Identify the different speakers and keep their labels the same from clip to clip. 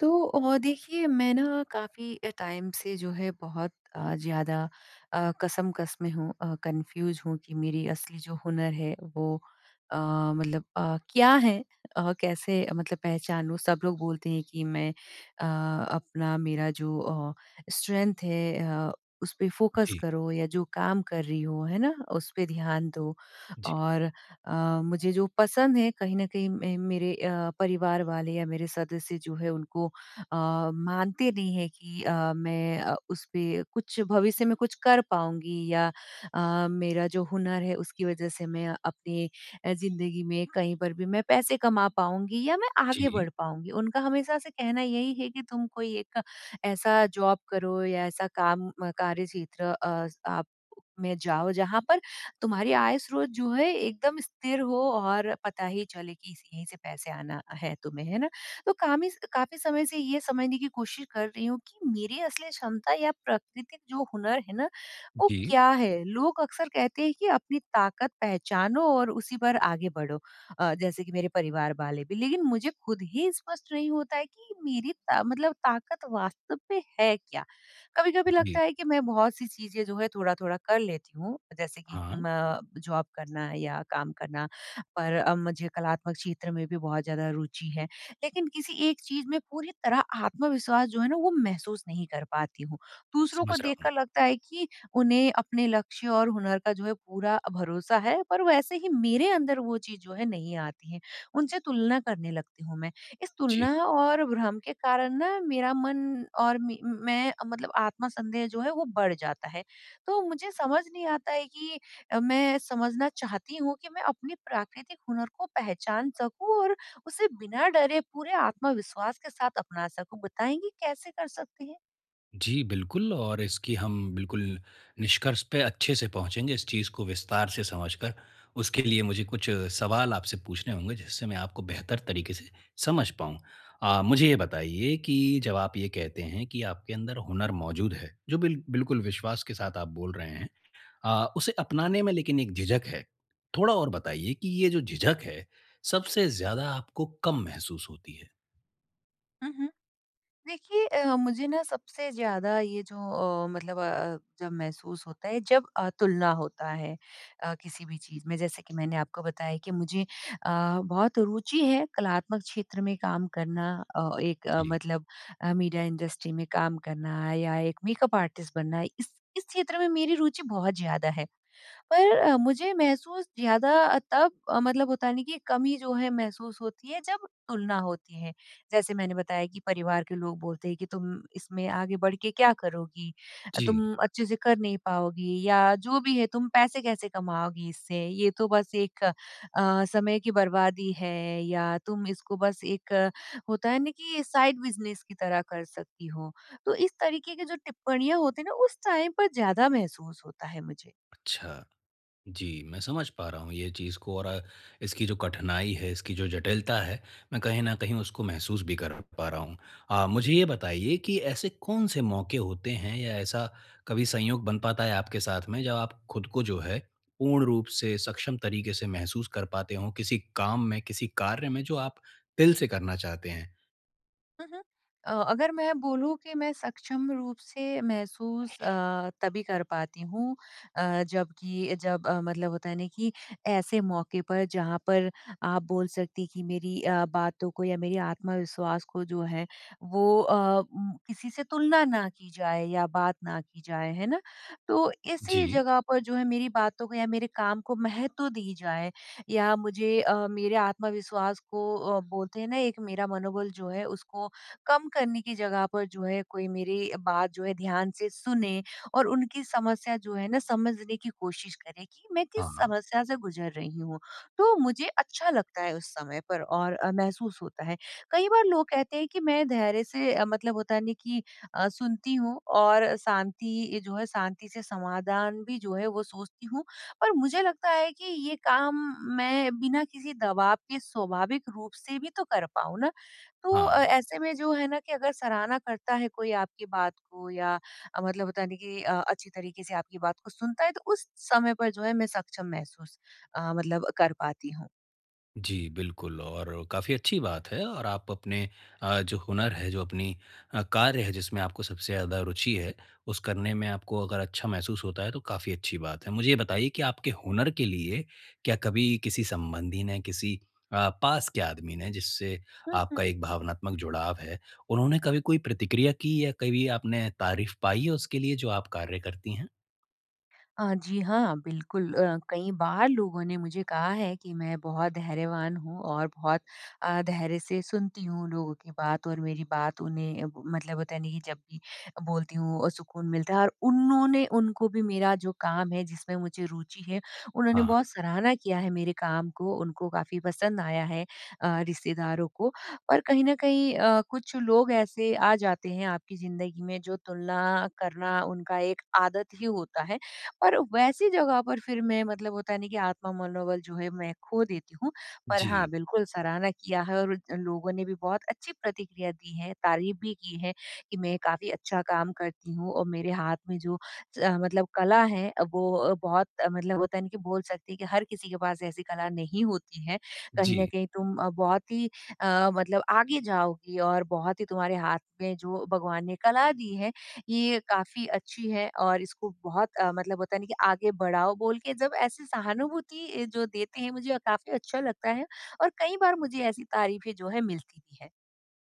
Speaker 1: तो देखिए मैं ना काफ़ी टाइम से जो है बहुत ज़्यादा कसम-कस में हूँ कन्फ्यूज़ हूँ कि मेरी असली जो हुनर है वो अ, मतलब क्या है? कैसे मतलब पहचानूँ? सब लोग बोलते हैं कि मैं अपना मेरा जो स्ट्रेंथ है अ, उस पे फ़ोकस
Speaker 2: जी,
Speaker 1: करो या जो काम कर रही हो, है ना? उस पे ध्यान दो
Speaker 2: जी,
Speaker 1: और मुझे जो पसंद है कहीं न कहीं मैं मेरे परिवार वाले या मेरे सदस्य जो है उनको अ, मानते नहीं है कि मैं उस पे कुछ भविष्य में कुछ कर पाऊँगी या मेरा जो हुनर है उसकी वज़ह से मैं अपनी ज़िंदगी में कहीं पर भी मैं पैसे कमा पाऊँगी या मैं आगे
Speaker 2: जी,
Speaker 1: बढ़ पाऊँगी। उनका हमेशा से कहना यही है कि तुम कोई एक ऐसा जॉब करो या ऐसा काम कार्य क्षेत्र आप में जाओ जहाँ पर तुम्हारी आय स्रोत जो है एकदम स्थिर हो और पता ही चले कि इस यहीं से पैसे आना है तुम्हें, है ना? तो कामी काफ़ी समय से ये समझने की कोशिश कर रही हूँ कि मेरी असली क्षमता या प्राकृतिक जो हुनर है ना, वो
Speaker 2: जी,
Speaker 1: क्या है? लोग अक्सर कहते हैं कि अपनी ताकत पहचानो और उसी पर आगे बढ़ो, जैसे कि मेरे परिवार वाले भी। लेकिन मुझे खुद ही स्पष्ट नहीं होता है कि मेरी ता मतलब ताकत वास्तव में है क्या? कभी-कभी
Speaker 2: जी।
Speaker 1: लगता है कि मैं बहुत-सी चीज़ें जो है थोड़ा-थोड़ा कर लेती हूँ, जैसे कि
Speaker 2: हाँ,
Speaker 1: म जॉब करना या काम करना, पर मुझे कलात्मक क्षेत्र में भी बहुत ज़्यादा रुचि है। लेकिन किसी एक चीज़ में पूरी तरह आत्मविश्वास जो है ना वो महसूस नहीं कर पाती हूँ। दूसरों को
Speaker 2: समझ रहा हूँ।
Speaker 1: देखकर लगता है कि उन्हें अपने लक्ष्य और हुनर का जो है पूरा भरोसा है पर वैसे ही मेरे अंदर वो चीज़ जो है नहीं आती है। उनसे तुलना करने लगती हूँ मैं। इस
Speaker 2: जी,
Speaker 1: तुलना और भ्रम के कारण ना मेरा मन और मी मैं मतलब आत्म संदेह जो है वो बढ़ जाता है। तो मुझे समझ नहीं आता है कि मैं समझना चाहती हूँ कि मैं अपने प्राकृतिक हुनर को पहचान सकूँ और उसे बिना डरे पूरे आत्मविश्वास के साथ अपना सकूँ। बताएँगी कैसे कर सकते हैं?
Speaker 2: जी, बिल्कुल और इसकी हम बिल्कुल निष्कर्ष पे अच्छे से पहुँचेंगे इस चीज़ को विस्तार से समझकर। उसके लिए मुझे कुछ सवाल आपसे पूछने होंगे जिससे मैं आपको बेहतर तरीके से समझ पाऊँ। मुझे ये बताइए कि जब आप ये कहते हैं कि आपके अंदर हुनर मौजूद है, जो बिल्कुल विश्वास के साथ आप बोल रहे हैं। उसे अपनाने में लेकिन एक झिझक है। थोड़ा और बताइए कि ये जो झिझक है, सबसे ज़्यादा आपको कब महसूस होती है?
Speaker 1: हुँ, हुँ। देखिए मुझे ना सबसे ज़्यादा ये जो मतलब जब महसूस होता है जब तुलना होता है किसी भी चीज़ में। जैसे कि मैंने आपको बताया कि मुझे बहुत रुचि है कलात्मक क्षेत्र में काम करना, एक
Speaker 2: जी।
Speaker 1: मतलब मीडिया इंडस्ट्री में काम करना या एक मेकअप आर्टिस्ट बनना। इस क्षेत्र में मेरी रुचि बहुत ज़्यादा है। पर मुझे महसूस ज़्यादा तब मतलब होता है ना कि कमी जो है महसूस होती है जब तुलना होती है। जैसे मैंने बताया कि परिवार के लोग बोलते हैं कि तुम इसमें आगे बढ़ के क्या करोगी?
Speaker 2: जी।
Speaker 1: तुम अच्छे से कर नहीं पाओगी या जो भी है तुम पैसे कैसे कमाओगी इससे? ये तो बस एक समय की बर्बादी है या तुम इसको बस एक होता है ना कि साइड बिज़नेस की तरह कर सकती हो। तो इस तरीके की जो टिप्पणियाँ होती हैं ना उस टाइम पर ज़्यादा महसूस होता है मुझे।
Speaker 2: अच्छा। जी, मैं समझ पा रहा हूँ ये चीज़ को और इसकी जो कठिनाई है, इसकी जो जटिलता है, मैं कहीं न कहीं उसको महसूस भी कर पा रहा हूँ। मुझे ये बताइए कि ऐसे कौन-से मौके होते हैं या ऐसा कभी संयोग बन पाता है आपके साथ में, जब आप खुद को जो है, पूर्ण रूप से सक्षम तरीके से महसूस कर पाते हों किसी काम में, किसी कार्य में जो आप दिल से करना चाहते हैं?
Speaker 1: हुँ, हुँ। अगर मैं बोलूँ कि मैं सक्षम रूप से महसूस तभी कर पाती हूँ जबकि जब मतलब होता है ना कि ऐसे मौके पर जहाँ पर आप बोल सकती कि मेरी बातों को या मेरी आत्मविश्वास को जो है वो किसी से तुलना ना की जाए या बात ना की जाए, है ना? तो इसी
Speaker 2: जी।
Speaker 1: जगह पर जो है मेरी बातों को या मेरे काम को महत्व दी जाए या मुझे मेरे आत्मविश्वास को बोलते हैं ना एक मेरा मनोबल जो है उसको कम करने की जगह पर जो है कोई मेरी बात जो है ध्यान से सुने और उनकी समस्या जो है ना समझने की कोशिश करे कि मैं किस
Speaker 2: हाँ,
Speaker 1: समस्या से गुजर रही हूँ। तो मुझे अच्छा लगता है उस समय पर और महसूस होता है। कई बार लोग कहते हैं कि मैं धैर्य से मतलब होता है ना कि सुनती हूँ और शांति ये जो है शांति से समाधान भी जो है वो सोचती हूँ। पर मुझे लगता है कि ये काम मैं बिना किसी दबाव के स्वाभाविक रूप से भी तो कर पाऊँ ना। तो
Speaker 2: हाँ।
Speaker 1: ऐसे में जो है ना कि अगर सराहना करता है कोई आपकी बात को या मतलब होता नहीं कि अच्छी तरीके से आपकी बात को सुनता है तो उस समय पर जो है मैं सक्षम महसूस मतलब कर पाती
Speaker 2: जी, बिल्कुल और काफ़ी अच्छी बात है और आप अपने जो हुनर है, जो अपनी कार्य है जिसमें आपको सबसे ज़्यादा रुचि है, उस करने में आपको अगर अच्छा महसूस होता है तो काफ़ी अच्छी बात है। मुझे ये बताइए कि आपके हुनर के लिए क्या कभी किसी संबंधी ने, किसी पास के आदमी ने जिससे
Speaker 1: हूँ।
Speaker 2: आपका एक भावनात्मक जुड़ाव है, उन्होंने कभी कोई प्रतिक्रिया की या कभी आपने तारीफ़ पाई है उसके लिए जो आप कार्य करती हैं?
Speaker 1: जी हाँ, बिल्कुल। कई बार लोगों ने मुझे कहा है कि मैं बहुत धैर्यवान हूँ और बहुत धैर्य से सुनती हूँ लोगों की बात और मेरी बात उन्हें ब मतलब होता है ना कि जब भी बोलती हूँ सुकून मिलता है और उन्होंने उनको भी मेरा जो काम है जिसमें मुझे रुचि है, उन्होंने
Speaker 2: हाँ, हाँ।
Speaker 1: बहुत सराहना किया है मेरे काम को, उनको काफ़ी पसंद आया है, रिश्तेदारों को। पर कहीं न कहीं कुछ लोग ऐसे आ जाते हैं आपकी ज़िंदगी में जो तुलना करना उनका एक आदत ही होता है और वैसी जगह पर फिर मैं मतलब होता नहीं कि आत्म मनोबल जो है मैं खो देती हूँ। पर हाँ,
Speaker 2: जी,
Speaker 1: बिल्कुल सराहना किया है और लोगों ने भी बहुत अच्छी प्रतिक्रिया दी है, तारीफ़ भी की है कि मैं काफ़ी अच्छा काम करती हूँ और मेरे हाथ में जो स मतलब कला है वो बहुत मतलब होता है ना कि बोल सकते हैं कि हर किसी के पास ऐसी कला नहीं होती है। कहीं
Speaker 2: जी।
Speaker 1: न कहीं तुम बहुत ही मतलब आगे जाओगी और बहुत ही तुम्हारे हाथ में जो भगवान ने कला दी है ये काफ़ी अच्छी है और इसको बहुत मतलब होता है ना कि आगे बढ़ाओ बोल के जब ऐसी सहानुभूति जो देते हैं मुझे काफ़ी अच्छा लगता है और कई बार मुझे ऐसी तारीफ़ें जो है मिलती भी है।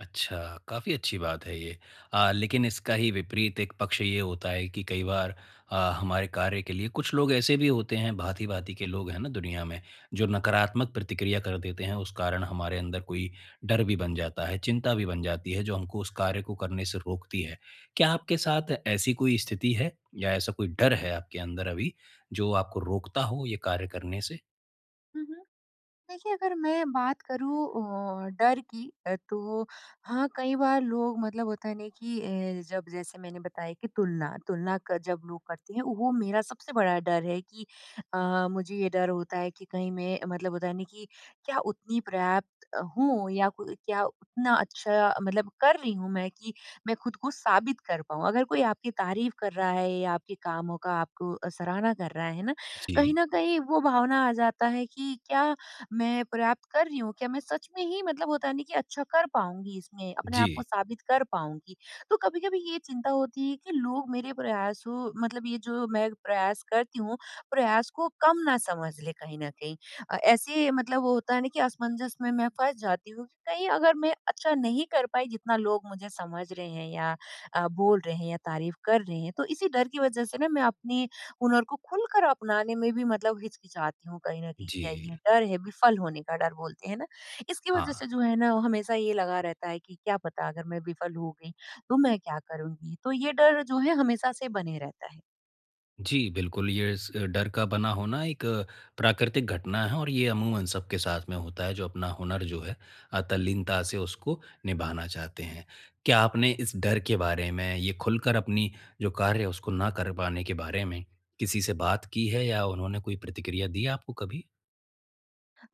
Speaker 2: अच्छा, काफ़ी अच्छी बात है ये। लेकिन इसका ही विपरीत एक पक्ष ये होता है कि कई बार हमारे कार्य के लिए कुछ लोग ऐसे भी होते हैं, भाँति-भाँति के लोग हैं ना दुनिया में, जो नकारात्मक प्रतिक्रिया कर देते हैं, उस कारण हमारे अंदर कोई डर भी बन जाता है, चिंता भी बन जाती है, जो हमको उस कार्य को करने से रोकती है। क्या आपके साथ ऐसी कोई स्थिति है या ऐसा कोई डर है आपके अंदर अभी, जो आपको रोकता हो ये कार्य करने से?
Speaker 1: हुँ, हुँ। देखिए, अगर मैं बात करूँ डर की तो हाँ, कई बार लोग मतलब होता है ना कि जब जैसे मैंने बताया कि तुलना तुलना क जब लोग करते हैं, वो मेरा सबसे बड़ा डर है कि मुझे ये डर होता है कि कहीं मैं मतलब होता है ना कि क्या उतनी पर्याप्त हूँ या को क्या उतना अच्छा मतलब कर रही हूँ मैं कि मैं खुद को साबित कर पाऊँ। अगर कोई आपकी तारीफ़ कर रहा है या आपके कामों का आपको सराहना कर रहा है ना,
Speaker 2: जी।
Speaker 1: कहीं न कहीं वो भावना आ जाता है कि क्या मैं पर्याप्त कर रही हूँ? क्या मैं सच में ही मतलब होता है ना कि अच्छा कर पाऊँगी इसमें, अपने
Speaker 2: जी।
Speaker 1: आप को साबित कर पाऊँगी? तो कभी-कभी ये चिंता होती है कि लोग मेरे प्रयासों मतलब ये जो मैं प्रयास करती हूँ, प्रयास को कम ना समझ लें कहीं न कहीं। ऐसे मतलब वो होता है ना कि असमंजस में मैं फँस जाती हूँ कि कहीं अगर मैं अच्छा नहीं कर पाई जितना लोग मुझे समझ रहे हैं या बोल रहे हैं या तारीफ़ कर रहे हैं, तो इसी डर की वज़ह से ना मैं अपनी हुनर को खुलकर अपनाने में भी मतलब हिचकिचाती हूँ कहीं न कहीं
Speaker 2: जी।
Speaker 1: क्या ये डर है विफल होने का डर बोलते हैं ना, इसकी वजह
Speaker 2: हाँ।
Speaker 1: से जो है ना हमेशा ये लगा रहता है कि क्या पता अगर मैं विफल हो गई, तो मैं क्या करूँगी? तो ये डर जो है हमेशा से बने रहता है।
Speaker 2: जी, बिल्कुल, ये स डर का बना होना एक प्राकृतिक घटना है और ये अमूमन सबके साथ में होता है, जो अपना हुनर जो है तल्लीनता से उसको निभाना चाहते हैं। क्या आपने इस डर के बारे में, ये खुलकर अपनी जो कार्य है, उसको ना कर पाने के बारे में किसी से बात की है या उन्होंने कोई प्रतिक्रिया दी है आपको कभी?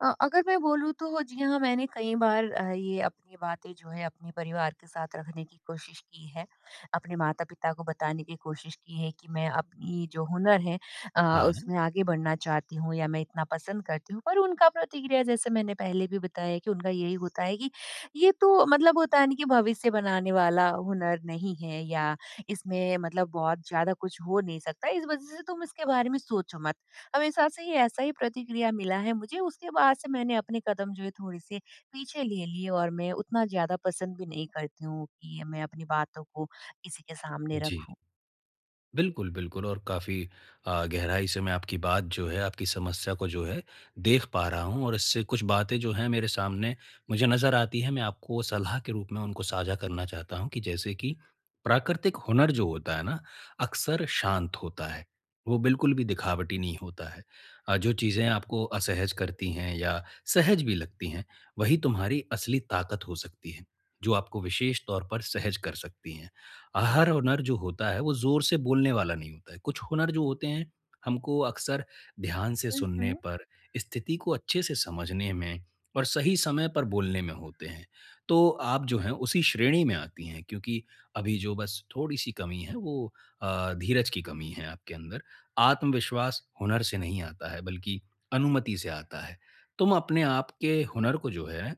Speaker 1: अगर मैं बोलूँ तो जी हाँ, मैंने कई बार ये अपनी बातें जो है अपने परिवार के साथ रखने की कोशिश की है। अपने माता-पिता को बताने की कोशिश की है कि मैं अपनी जो हुनर है अ,
Speaker 2: हाँ,
Speaker 1: उसमें आगे बढ़ना चाहती हूँ या मैं इतना पसंद करती हूँ। पर उनका प्रतिक्रिया जैसे मैंने पहले भी बताया कि उनका यही होता है कि ये तो मतलब होता है ना कि भविष्य बनाने वाला हुनर नहीं है या इसमें मतलब बहुत ज़्यादा कुछ हो नहीं सकता। इस वज़ह से तुम इसके बारे में सोचो मत। हमेशा से ही ऐसा ही प्रतिक्रिया मिला है मुझे, उसके बाद से मैंने अपने कदम जो है थोड़े-से पीछे ले लिए और मैं उतना ज़्यादा पसंद भी नहीं करती हूँ कि मैं अपनी बातों को किसी के सामने
Speaker 2: जी।
Speaker 1: रखूँ।
Speaker 2: बिल्कुल, बिल्कुल और काफ़ी गहराई से मैं आपकी बात जो है, आपकी समस्या को जो है देख पा रहा हूँ और इससे कुछ बातें जो हैं मेरे सामने मुझे नज़र आती हैं, मैं आपको सलाह के रूप में उनको साझा करना चाहता हूँ कि जैसे कि प्राकृतिक हुनर जो होता है ना, अक्सर शांत होता है। वो बिल्कुल भी दिखावटी नहीं होता है। जो चीज़ें आपको असहज करती हैं या सहज भी लगती हैं, वही तुम्हारी असली ताकत हो सकती है, जो आपको विशेष तौर पर सहज कर सकती हैं। हर हुनर जो होता है वो ज़ोर से बोलने वाला नहीं होता है। कुछ हुनर जो होते हैं हमको अक्सर ध्यान से
Speaker 1: हुँ,
Speaker 2: सुनने
Speaker 1: हुँ।
Speaker 2: पर, स्थिति को अच्छे से समझने में और सही समय पर बोलने में होते हैं। तो आप जो हैं उसी श्रेणी में आती हैं क्योंकि अभी जो बस थोड़ी-सी कमी है वो धीरज की कमी है आपके अंदर। आत्मविश्वास हुनर से नहीं आता है बल्कि अनुमति से आता है। तुम अपने आप के हुनर को जो है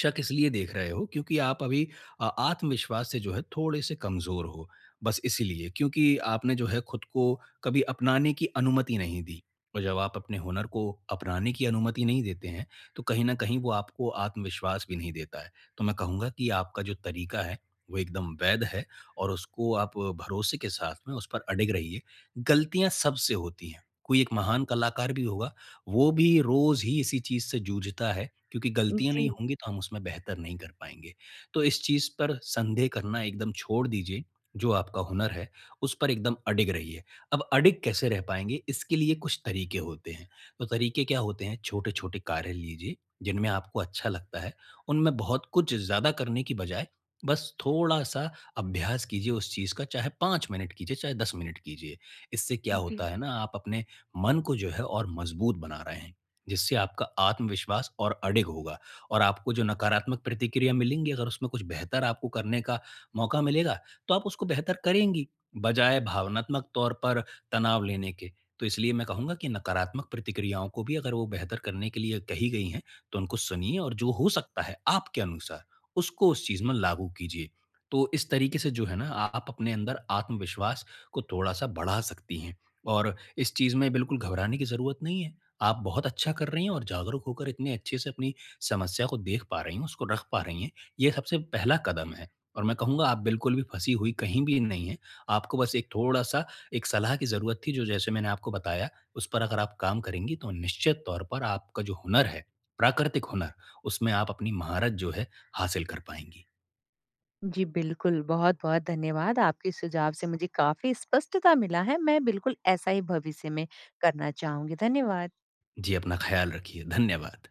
Speaker 2: शक इसलिए देख रहे हो क्योंकि आप अभी आत्मविश्वास से जो है थोड़े से कमज़ोर हो। बस इसीलिए क्योंकि आपने जो है खुद को कभी अपनाने की अनुमति नहीं दी। और जब आप अपने हुनर को अपनाने की अनुमति नहीं देते हैं, तो कहीं न कहीं वो आपको आत्मविश्वास भी नहीं देता है। तो मैं कहूँगा कि आपका जो तरीका है, वो एकदम वैध है और उसको आप भरोसे के साथ में उस पर अडिग रहिए। गलतियाँ सबसे होती हैं। कोई एक महान कलाकार भी होगा, वो भी रोज़ ही इसी चीज़ से जूझता है क्योंकि गलतियाँ
Speaker 1: जी,
Speaker 2: नहीं होंगी तो हम उसमें बेहतर नहीं कर पाएँगे। तो इस चीज़ पर संदेह करना एकदम छोड़ दीजिए, जो आपका हुनर है, उस पर एकदम अडिग रहिए। अब अडिग कैसे रह पाएँगे, इसके लिए कुछ तरीके होते हैं। तो तरीके क्या होते हैं, छोटे-छोटे कार्य लीजिए, जिनमें आपको अच्छा लगता है। उनमें बहुत कुछ ज़्यादा करने की बजाय बस थोड़ा-सा अभ्यास कीजिए उस चीज़ का, चाहे 5 मिनट कीजिए, चाहे 10 मिनट कीजिए। इससे क्या
Speaker 1: जी।
Speaker 2: होता है ना, आप अपने मन को जो है और मजबूत बना रहे हैं। जिससे आपका आत्मविश्वास और अडिग होगा और आपको जो नकारात्मक प्रतिक्रिया मिलेंगी, अगर उसमें कुछ बेहतर आपको करने का मौका मिलेगा, तो आप उसको बेहतर करेंगी, बजाय भावनात्मक तौर पर तनाव लेने के। तो इसलिए मैं कहूँगा कि नकारात्मक प्रतिक्रियाओं को भी अगर वो बेहतर करने के लिए कही गई हैं, तो उनको सुनिए और जो हो सकता है आपके अनुसार, उसको उस चीज़ में लागू कीजिए। तो इस तरीके से जो है ना, आप अपने अंदर आत्मविश्वास को थोड़ा-सा बढ़ा सकती हैं और इस चीज़ में बिल्कुल घबराने की ज़रूरत नहीं है। आप बहुत अच्छा कर रही हैं और जागरूक होकर इतने अच्छे से अपनी समस्या को देख पा रही हैं, उसको रख पा रही हैं। ये सबसे पहला कदम है और मैं कहूँगा आप बिल्कुल भी फँसी हुई कहीं भी नहीं हैं। आपको बस एक थोड़ा-सा एक सलाह की ज़रूरत थी जो जैसे मैंने आपको बताया, उस पर अगर आप काम करेंगी तो निश्चित तौर पर आपका जो हुनर है, प्राकृतिक हुनर, उसमें आप अपनी महारत जो है हासिल कर पाएँगी।
Speaker 1: जी, बिल्कुल, बहुत-बहुत धन्यवाद, आपके इस सुझाव से मुझे काफ़ी स्पष्टता मिला है, मैं बिल्कुल ऐसा ही भविष्य में करना चाहूँगी। धन्यवाद।
Speaker 2: जी, अपना ख़्याल रखिए। धन्यवाद।